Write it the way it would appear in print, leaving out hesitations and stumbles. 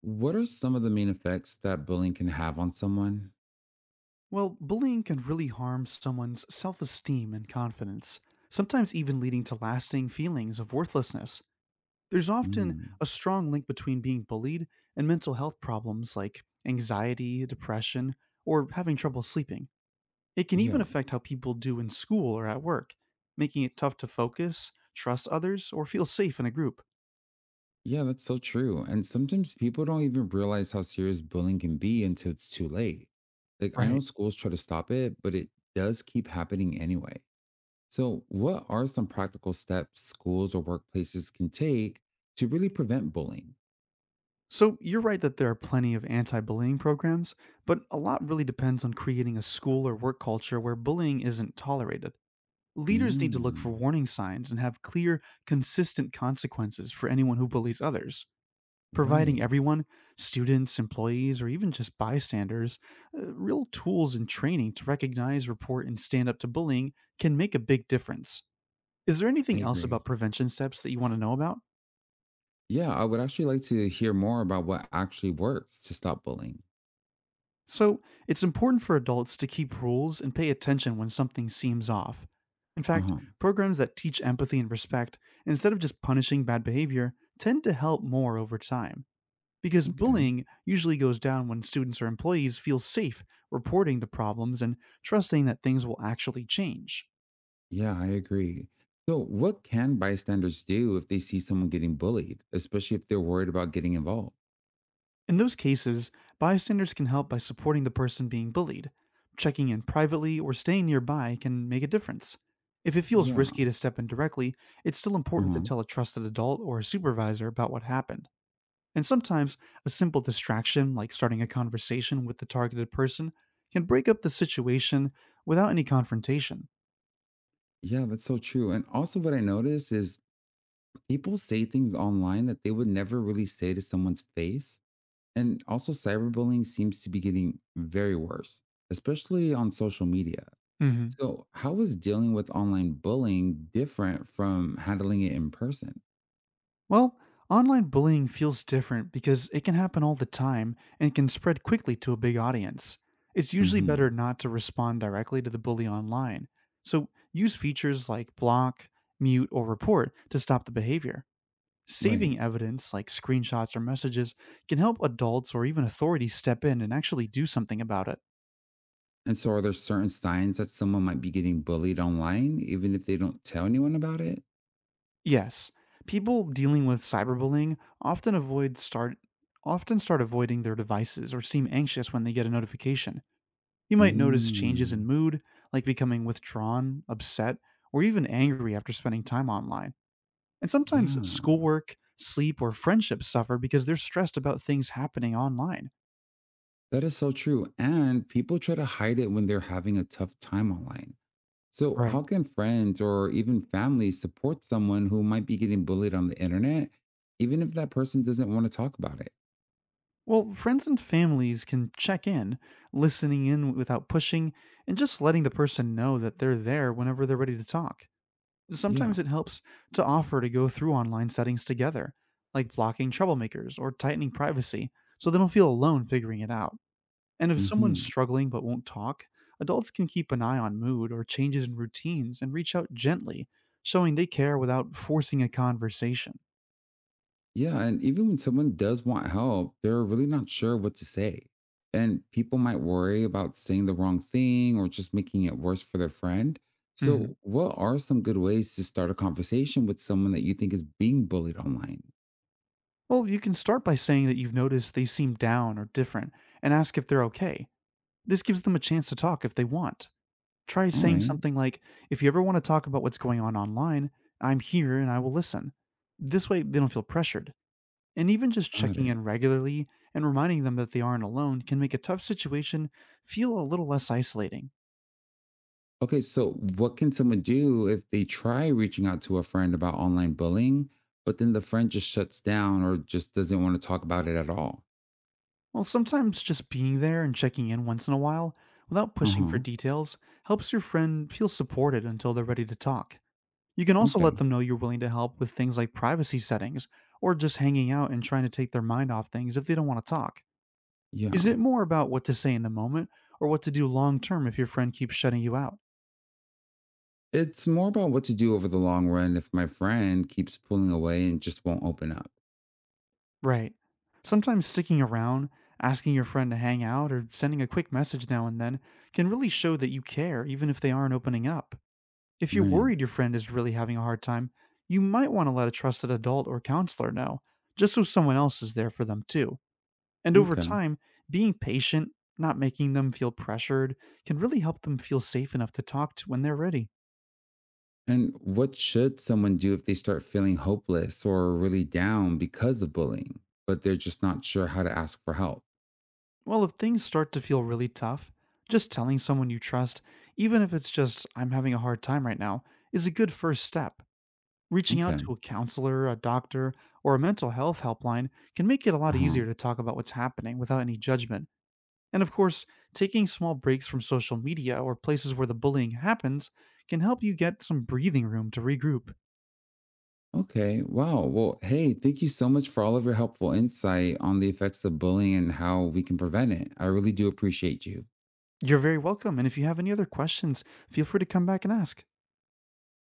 What are some of the main effects that bullying can have on someone? Well, bullying can really harm someone's self esteem and confidence, sometimes even leading to lasting feelings of worthlessness. There's often Mm, a strong link between being bullied and mental health problems like anxiety, depression, or having trouble sleeping. It can even yeah. affect how people do in school or at work, making it tough to focus, trust others, or feel safe in a group. Yeah, that's so true. And sometimes people don't even realize how serious bullying can be until it's too late. Like, I know Right. schools try to stop it, but it does keep happening anyway. So, what are some practical steps schools or workplaces can take to really prevent bullying? So you're right that there are plenty of anti bullying programs, but a lot really depends on creating a school or work culture where bullying isn't tolerated. Leaders need to look for Mm, warning signs and have clear, consistent consequences for anyone who bullies others, providing right. everyone, students, employees, or even just bystanders, real tools and training to recognize, report, and stand up to bullying can make a big difference. Is there I anything else agree. about prevention steps that you want to know about? Yeah, I would actually like to hear more about what actually works to stop bullying. So, it's important for adults to keep rules and pay attention when something seems off. In Uh fact, huh. programs that teach empathy and respect, instead of just punishing bad behavior, tend to help more over time. Because Okay. bullying usually goes down when students or employees feel safe reporting the problems and trusting that things will actually change. Yeah, I agree. So, what can bystanders do if they see someone getting bullied, especially if they're worried about getting involved? In those cases, bystanders can help by supporting the person being bullied. Checking in privately or staying nearby can make a difference. If it feels risky Yeah. to step in directly, it's still important to Uh-huh. tell a trusted adult or a supervisor about what happened. And sometimes, a simple distraction, like starting a conversation with the targeted person, can break up the situation without any confrontation. Yeah, that's so true. And also, what I notice is people say things online that they would never really say to someone's face. And also, cyberbullying seems to be getting very worse, especially on social media. Mhm. So, how is dealing with online bullying different from handling it in person? Well, online bullying feels different because it can happen all the time and can spread quickly to a big audience. It's usually better Hmm. not to respond directly to the bully online, so use features like block, mute, or report to stop the behavior. Right. Saving evidence like screenshots or messages can help adults or even authorities step in and actually do something about it. And so, are there certain signs that someone might be getting bullied online, even if they don't tell anyone about it? Yes, people dealing with cyberbullying often avoid start often start avoiding their devices or seem anxious when they get a notification. You might notice changes in Mm, mood, like becoming withdrawn, upset, or even angry after spending time online. And sometimes yeah, schoolwork, sleep, or friendships suffer because they're stressed about things happening online. that is so true. And people try to hide it when they're having a tough time online. So, Right. how can friends or even family support someone who might be getting bullied on the internet, even if that person doesn't want to talk about it? Well, friends and families can check in, listening in without pushing, and just letting the person know that they're there whenever they're ready to talk. Yeah. Sometimes it helps to offer to go through online settings together, like blocking troublemakers or tightening privacy, so they don't feel alone figuring it out. And if someone's Hmm. struggling but won't talk, adults can keep an eye on mood or changes in routines and reach out gently, showing they care without forcing a conversation. Yeah, and even when someone does want help, they're really not sure what to say. And people might worry about saying the wrong thing or just making it worse for their friend. Mhm. So, what are some good ways to start a conversation with someone that you think is being bullied online? Well, you can start by saying that you've noticed they seem down or different and ask if they're okay. This gives them a chance to talk if they want. Try All saying right, something like, "If you ever want to talk about what's going on online, I'm here and I will listen." This way, they don't feel pressured. And even just got checking it. in regularly and reminding them that they aren't alone can make a tough situation feel a little less isolating. Okay, so what can someone do if they try reaching out to a friend about online bullying, but then the friend just shuts down or just doesn't want to talk about it at all? Well, sometimes just being there and checking in once in a while, without Uh pushing for huh. details, helps your friend feel supported until they're ready to talk. You can also Okay. let them know you're willing to help with things like privacy settings or just hanging out and trying to take their mind off things if they don't want to talk. Is it Yeah. more about what to say in the moment or what to do long term if your friend keeps shutting you out? It's more about what to do over the long run if my friend keeps pulling away and just won't open up. Right. Sometimes sticking around, asking your friend to hang out, or sending a quick message now and then can really show that you care, even if they aren't opening up. If you're Right. worried your friend is really having a hard time, you might want to let a trusted adult or counselor know, just so someone else is there for them too. And over Okay. time, being patient, not making them feel pressured, can really help them feel safe enough to talk to when they're ready. And what should someone do if they start feeling hopeless or really down because of bullying, but they're just not sure how to ask for help? Well, if things start to feel really tough, just telling someone you trust, even if it's just, "I'm having a hard time right now," is a good first step. Reaching out Okay. to a counselor, a doctor, or a mental health helpline can make it a Uh lot huh. easier to talk about what's happening without any judgment. And of course, taking small breaks from social media or places where the bullying happens can help you get some breathing room to regroup. Okay. Wow. Well, hey, thank you so much for all of your helpful insight on the effects of bullying and how we can prevent it. I really do appreciate you. You're very welcome, and if you have any other questions, feel free to come back and ask.